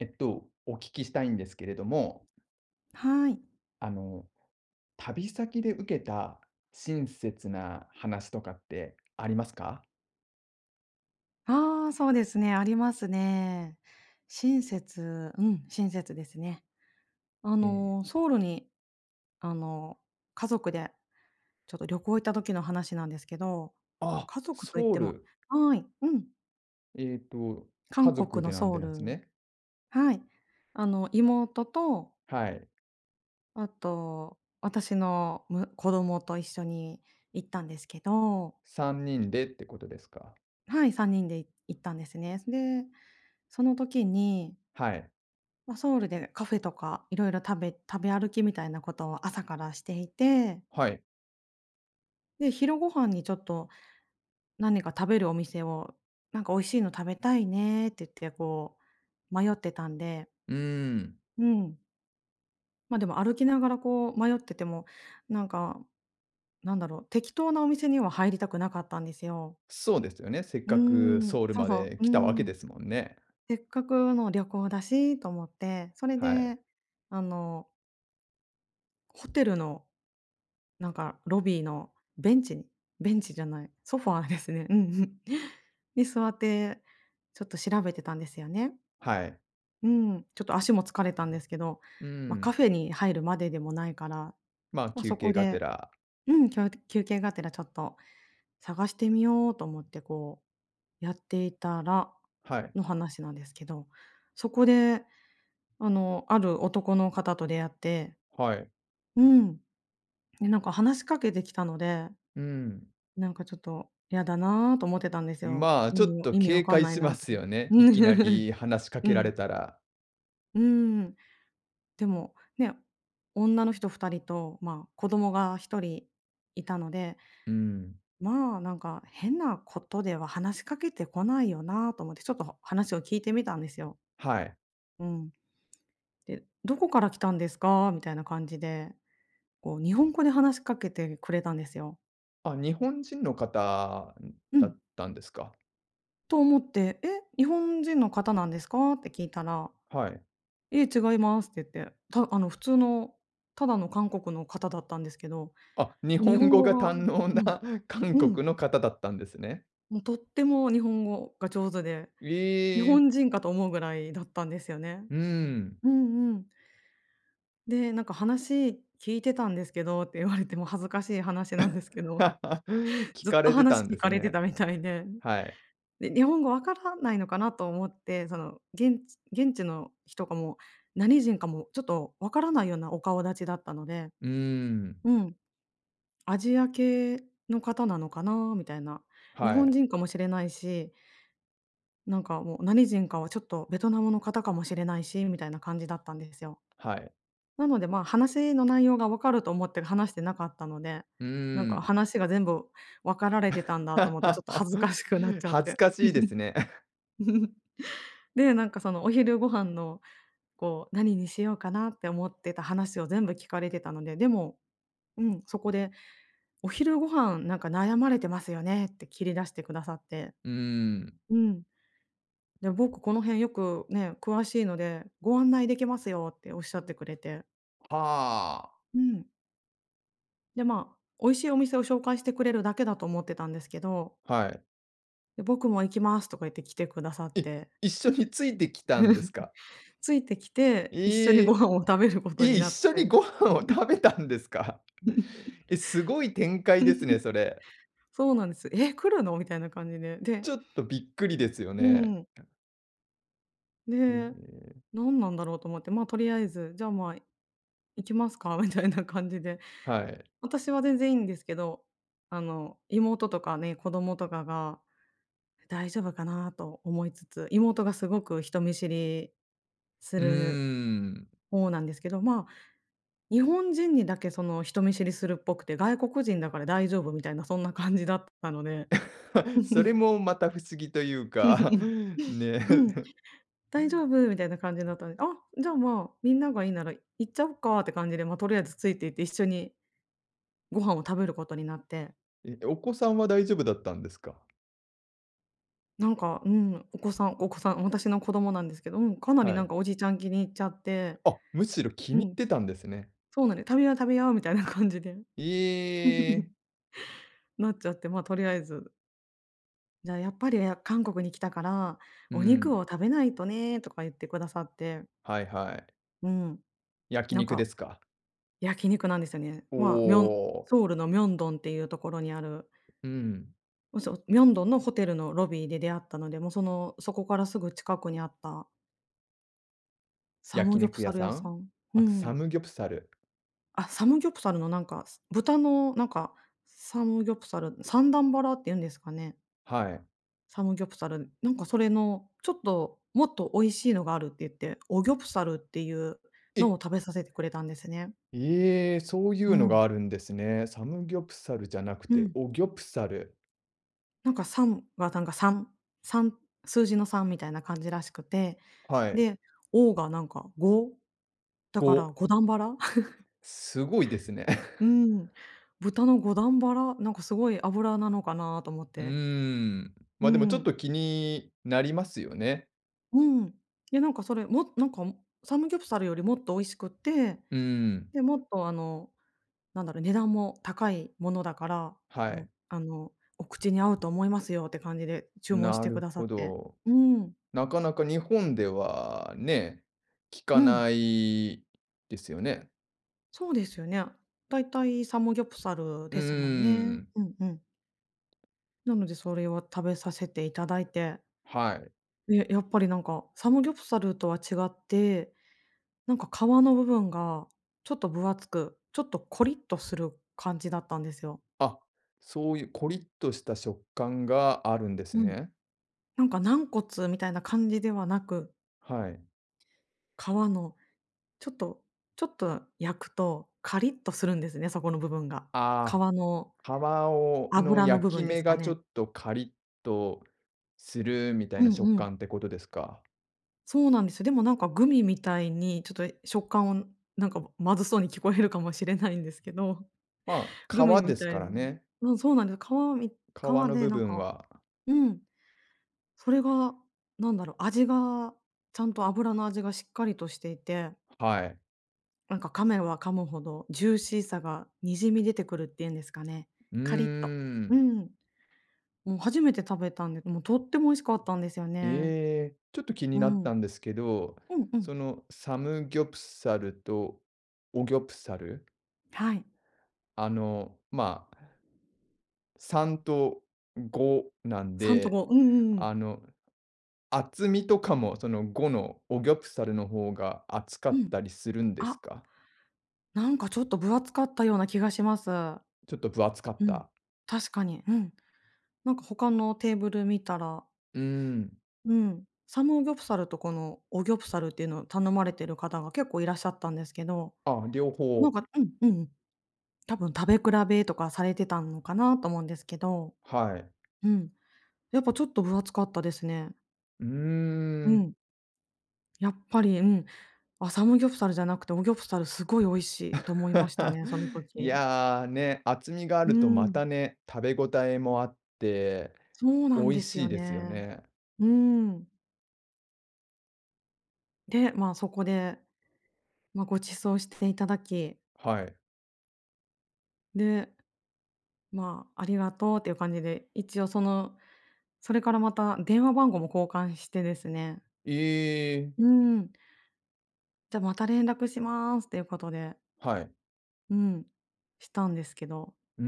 お聞きしたいんですけれども、はい。あの、旅先で受けた親切な話とかってありますか？ああ、そうですね、ありますね。親切ですね。ええ。ソウルに、あの、家族でちょっと旅行行った時の話なんですけど、ま、あ、家族といっソウてもル。はい、うん、えっと、家韓族国のでなんソでウなんすル。ね。はい。妹と、はい。あと私の子供と一緒に行ったんですけど。3人でってことですか？はい、3人で行ったんですね。で、その時にはい。まあ、ソウルでカフェとかいろいろ食べ歩きみたいなことを朝からしていて、はい。で、昼ご飯にちょっと何か食べるお店を、なんか美味しいの食べたいねって言ってこう、迷ってたんで、うーん。うん。ま、でも歩きながらこう迷ってても、なんか、なんだろう、適当なお店には入りたくなかったんですよ。そうですよね。せっうーかくん、ソウルそうまそでう、う来ーたわけでん。すもんね。せっかくの旅行だしと思って、それはい。で、あの、ホテルのなんかロビーのベンチにベンチじゃない、ソファーですね。うんうん。に座って、ちょっと調べてたんですよね。はい。うん、ちょっと足も疲れたんですけど、うーまあ、カん。フェに入るまででもないから、まあ、まあ、休そ憩こがてで、ら。うん、休憩がてらちょっと探してみようと思ってこうやっていたらはい。の話なんですけど、そこである男の方と出会って、はい。うん、で、なんか話しかけてきたのでうーん。なんかちょっと嫌だなと思ってたんですよ。まあ、意ちょっ味をと意味警わかん戒ないしまなとす思っよて。ね。いきな り話しかうけられん。たら。うん。でも、ね、女の人2人と、まあ、子供が1人いたので、うん。まあ、なんか変なことでは話しかけてこないよなと思って、ちょっと話を聞いてみたんですよ。はい。うん。で、「どこから来たんですか？」みたいな感じで、こう日本語で話しかけてくれたんですよ。あ、日本人の方うだっん。たんですか。と思って、「え、日本人の方なんですか？」って聞いたらはい。ええ、違います」って言って、たあの、普通のただの韓国の方だったんですけど、あ、日日本本語語が堪が能な うん 韓うん、国の方だったんですね。もうとっても日本語が上手で、え日本え。人かと思うぐらいだったんですよね。うん。うんうん。で、なんか「話聞いてたんですけど」って言われても恥ずかしい話なんですけ ど、聞ずっかとれてた話んで聞かすれてね。たみたいで、はい。で、日本語わからないのかなと思って、その、現地の人がもう何人かもちょっとわからないようなお顔立ちだったので。うーん。うん。アジア系の方なのかなみたいな。日は本い。人かもしれないし、なんかもう何人かはちょっとベトナムの方かもしれないし、みたいな感じだったんですよ。はい。なので、まあ、話の内容が分かると思って話してなかったので、うーなんかん。話が全部分かられてたんだと思ってちょっと恥ずかしくなっ ちゃっ恥ずて。かしいですね。で、なんかそのお昼ご飯のこう何にしようかなって思ってた話を全部聞かれてたので、でも、うん、そこでお昼ご飯なんか悩まれてますよねって切り出してくださって。うーん。うん。で、僕この辺よくね、詳しいので、ご案内できますよっておっしゃってくれて。はうん。で、まあ、美味しいお店を紹介してくれるだけだと思ってたんですけど、あ。はい。で、僕も行きますとか言って来てくださっえ、て、一緒についてきたんですか？ついてきて、一緒えにごえ。飯を食べることえ、に一なっ緒にて。ご飯を食べたんですか？え、すごい展開ですね、それ。そうなんです。え、来るの？みたいな感じで。で、ちょっとびっくりですようね。ん。えで、え、何なんだろうと思って、まあ、とりあえず、じゃあ、まあ、行きますか みたいな感じで。はい。私は全然いいんですけど、妹とかね、子供とかが大丈夫かなと思いつつ、妹がすごく人見知りすうーるん。方なんですけど、まあ、日本人にだけその人見知りするっぽくて、外国人だから大丈夫みたいなそんな感じだったので。それもまた不思議というか、ね。うん、大丈夫みたいな感じだったので、あ、じゃあ、まあ、みんながいいなら行っちゃおうかって感じで、まあ、とりあえずついていって一緒にご飯を食べることになって、え、お子さんは大丈夫だったんですか？なんか、うん、お子さん、私の子供なんですけど、うん、かなりはなんい。かおじいちゃん気に入っちゃって、あ、むしろ気うに入っん。てたんですね。そうなんで、食べよう食べようみたいな感じで え え。なっちゃって、ま、とりあえず、じゃあやっぱり、韓国に来たから、うお肉ん。を食べないとねとか言ってくださって、はいはい。うん、焼なん肉かですか？焼肉なんですよね。おまあ、ミョンお。ソウルのミョンドンっていうところにある、うん。そう、ミョンドンのホテルのロビーで出会ったので、もうその、そこからすぐ近くにあったサ焼ムギョプ肉屋サルさ屋さん？ん。うあ、サん。ムギョプサル、あ、サムギョプサルのなんか、豚のなんか、サムギョプサル、三段バラっていうんですかね。はい。サムギョプサル、なんかそれの、ちょっともっと美味しいのがあるって言って、オギョプサルっていうのえ、を食べさせてくれたんですね。ええ、そういううのん。があるんですね。サムギョプサルじゃなくうて、ん。おギョプサル、なんかサムがなんか3、3数字の3みたいな感じらしくて、はい。で、オがなんか5、だかご、ら五段バラ すごいですね。うん。豚の五段バラ、なんかすごい脂なのかなと思っうーて。ん。うま、でもちょっん。と気になりますよね。うん。いやなんかそれ、もなんかサムギョプサルよりもっと美味しくって、うーん、で、もっとなんだろう、値段も高いものだから、はもい。う、お口に合うと思いますよって感じで注文しなてくるださほって。ど。うん、なかなか日本ではね、聞かうなん、いですよね。そうですよね。だいたいサムギョプサルうーですもんね。ん、うんうん。なのでそれを食べさせていただいて、はい。で、やっぱりなんか、サムギョプサルとは違って、なんか皮の部分がちょっと分厚く、ちょっとコリッとする感じだったんですよ。あ、そういうコリッとした食感があるんですうん。ね。なんか軟骨みたいな感じではなく、はい。皮のちょっとちょっと焼くとカリッとするんですね、そこの部分が。皮あのあ、皮の油の焼部き分で目すかがちょね。っとカリッとするみたいうなん食うん。感ってことですか。そうなんですよ。でもなんかグミみたいにちょっと、食感をなんかまずそうに聞こえるかもしれないんですけど、ま グあ、ミ皮でみすたかいらなね。うん、そうなんです。皮み皮皮ので部なん分かは。うん、それがなんだろう、味がちゃんと油の味がしっかりとしていて、はい。なんか噛めば噛むほどジューシーさがにじみ出てくるっていうんですかね。うーカリッと。うん。ん。もう初めて食べたんで、もうとっても美味しかったんですよね。ええ、ちょっと気にうなっん。たんですけど、うんうん。そのサムギョプサルとオギョプサル、はい。まあ3と5なん3とで、5。うんうんうん。あの、厚みとかもその5のオギョプサルの方が厚かうっん。たりするんですあ、か？なんかちょっと分厚かったような気がします。ちょっと分厚かっうん。た。確かに。うん。なんか他のテーブル見たら、うーん。うん、サムギョプサルとこのオギョプサルっていうのを頼まれてる方が結構いらっしゃったんですけど、あ、両なん方。かうんうん、多分食べ比べとかされてたのかなと思うんですけど、はい。うん、やっぱちょっと分厚かったですね。うーうん。ん。やっぱり、うん、あ、サムギョプサルじゃなくて、オギョプサルすごい美味しいと思いましたね、その い時。や、ね、厚みがあうるとまん。たね、食べ応えもあって、そう美なん味ですしよいですよね。ね。うん。で、まあ、そこで、ま、ご馳走していただき、はい。で、まあ、ありがとうっていう感じで、一応その、それからまた電話番号も交換してですね。ええ、うん。じゃ、また連絡しますっていうことで、はい。うん、したんですけど、うー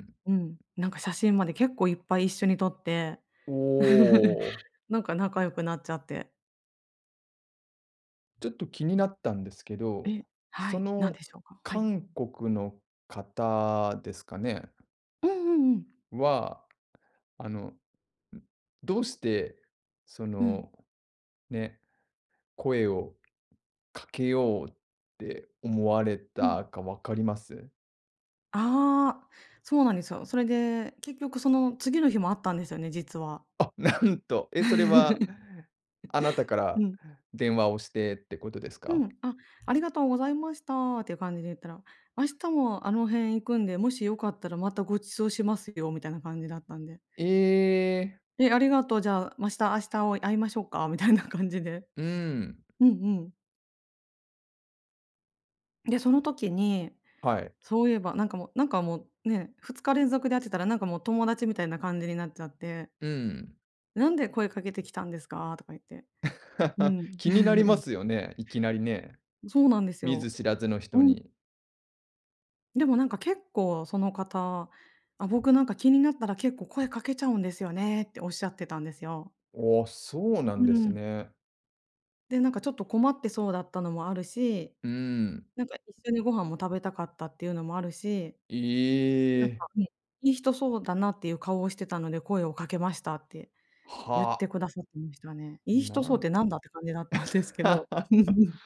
ん。うん、なんか写真まで結構いっぱい一緒に撮って、お お。なんか仲良くなっちゃって。ちょっと気になったんですけど、え、はそい、なんのでしょうか？はい。韓国の方ですかね、うんうんうん。は、あの、んどうして、そうん。の、ね、声をかけようって思われうん。たかわかります。ああ、そうなんですよ。それで、結局その次の日もあったんですよね、実は。あ、なんと、え、それは、あなたかうらん。電話をしてってことですうか。ん。あ、ありがとうございましたっていう感じで言ったら、明日もあの辺行くんで、もしよかったらまたご馳走しますよみたいな感じだったんで。ええ。え、ありがとう、じゃあ、ま明日明日を会いましょうかみたいな感じで。うん、うんうん。で、その時にはい、そういえば、なんかもう、ね、2日連続で会ってたら、なんかもう友達みたいな感じになっちゃって、うん。「なんで声かけてきたんですか？」とか言って。う ん。気になりま すよね、いきなりね。そうなんです見ずよ。知らずの人うん。に。でもなんか結構その方、「あ、僕なんか気になったら結構声かけちゃうんですよね」っておっしゃってたんですよ。お、そうなうんですん。ね。で、なんかちょっと困ってそうだったのもあるし、うん。なんか一緒にご飯も食べたかったっていうのもあるし、えなんか、え、ね、いい人そうだなっていう顔をしてたので、声をかけましたって言っは、てくださってましたね。いい人なそうっん てなんだって感じだったんです けど。うん。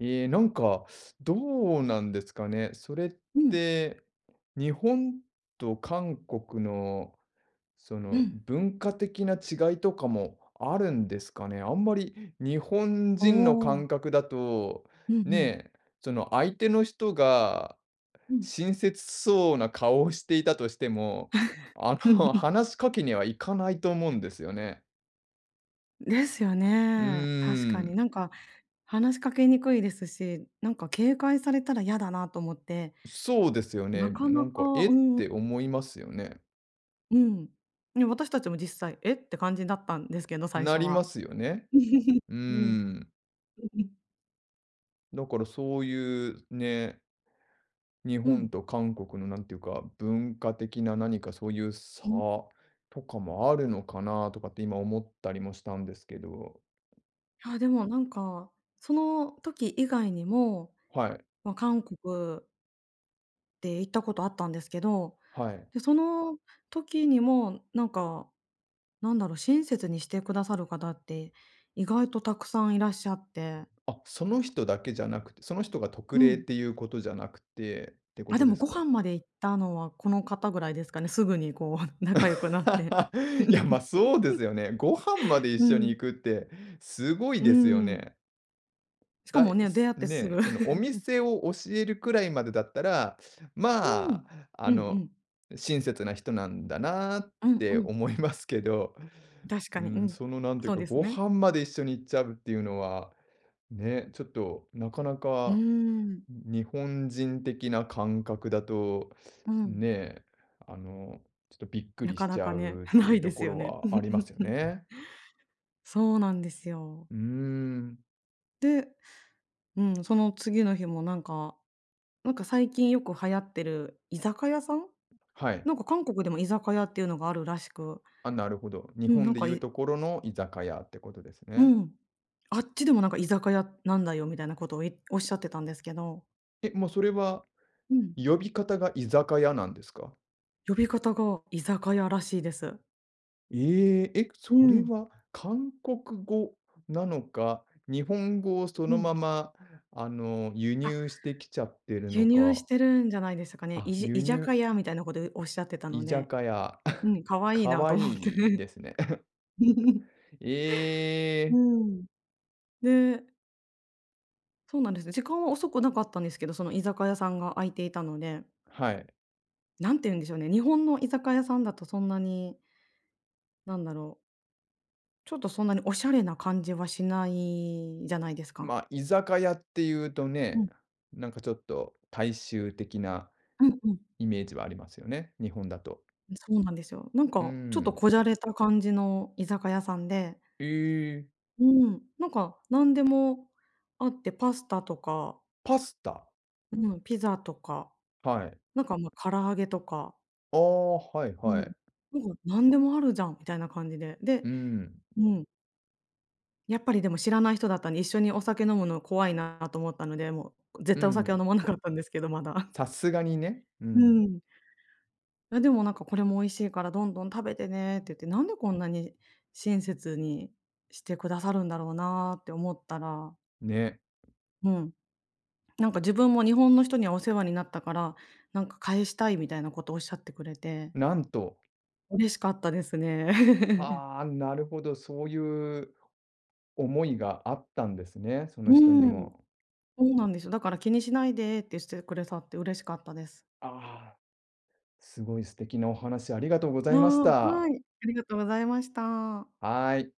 ええ、なんか、どうなんですかね。それっうん、て、日本と韓国の、そうの、ん。文化的な違いとかもあるんですかね。あんまり日本お人のお。感覚だと、うんうねん。え、その相手の人がうん。親切そうな顔をしていたとしても、話 しかけにはいかないと思うんですよね。ですようーね。確かにん、なんか、話しかけにくいですし、なんか警戒されたら嫌だなと思って、そうですよなね。かななんかか、えっうんて思いますよね。うん。ね、私たちも実際「え？」って感じだったんですけど、最な初りまは。すよね。うーうん。ん。うだからそういうね、日本ん。と韓国のなんていうか、文化的な何かそういう差うん。とかもあるのかなとかって今思ったりもしたんですけど。あでもなんか、その時以外にもはい、まあ、韓国で行ったことあったんですけど、はい。で、その時にも、なんか、なんだろう、親切にしてくださる方って意外とたくさんいらっしゃって、あ、その人だけじゃなくて、その人が特う例っん。ていうことじゃなくてってこあ、とででもすごか？飯まで行ったのはこの方ぐらいですかね、すぐにこう 仲良くなって。いや、ま、あ そうですよね。ご飯まで一う緒に行ん。くってすごいうですよん。ね。しかだもいね、出す会ってすね、ぐ そのお 店を教えるくらいまでだったら、うまあ、ん。あうんうの、ん。親切な人なんだなっうんうてん。思いますけど、確かうに、うん、ん。そのなんていうそうか、ですごね。飯まで一緒に行っちゃうっていうのは、ね、ちょっとなかなうかん。日本人的な感覚だと、うん。ね、あの、ちょっとびっくなりかしちなかゃね うっ てないういとでこすよろね。はありますよ ね。そうなんですよ。うーん、で、うん、その次の日もなんかなんか最近よく流行ってる居酒屋さん？はい。なんか韓国でも居酒屋っていうのがあるらしく、あ、なるほど。日うん、な本んでか、言うところの居酒屋ってことですうね。ん、あっちでもなんか居酒屋なんだよみたいなことをおっしゃってたんですけど、え、もうそれは、うん、呼び方が居酒屋なんですか？呼び方が居酒屋らしいです。ええ、え、うそれん、は韓国語なのか、日本語をそのうん。まま、輸あ、入してきちゃってる輸の入しか。てるんじゃないですかね。あ、輸居入、酒屋みたいなことおっしゃってた居の酒で、屋。うん、可愛い可なと愛思っいいて。ですね。えうえ、ん。でそうなんです。時間は遅くなかったんですけど、その居酒屋さんが空いていたので、はい。なんて言うんでしょうね、日本の居酒屋さんだとそんなに、なんだろう、ちょっとそんなにおしゃれな感じはしないじゃないですか。まあ、居酒屋っていうとうね、ん、なんかちょっと大衆的なうんうん。イメージはありますよね、日本だと。そうなんですよ。なんうかちょっとん。こじゃれた感じの居酒屋さんで、ええ、うん、なんか何でもあって、パスタとか、パスタ。うん、ピザとか、はい。なんか、ま、唐揚げとか、ああ、はいうはん。い。なんか何でもあるじゃんみたいな感じで、うでん、うんやっぱりでも知らない人だったんで、一緒にお酒飲むの怖いなと思ったので、もうう絶対お酒はん。飲まなかったんですけど、まだ。さすがにね。ううん。ん。あ、でもなんか「これも美味しいからどんどん食べてね」って言って、なんでこんなに親切にしてくださるんだろうなって思ったら、ね。うん、なんか自分も日本の人にはお世話になったから、なんか返したいみたいなことをおっしゃってくれて、なんと、嬉しかったですね。ああ、なるほど、そういう思いがあったんですね、そうの人にん、も。そうなんですよ。だから「気にしないで」ってしてくれたって嬉しかったです。ああ、すごい素敵なお話ありがとうござあいましあ、はた。い、ありがとうございました。はい。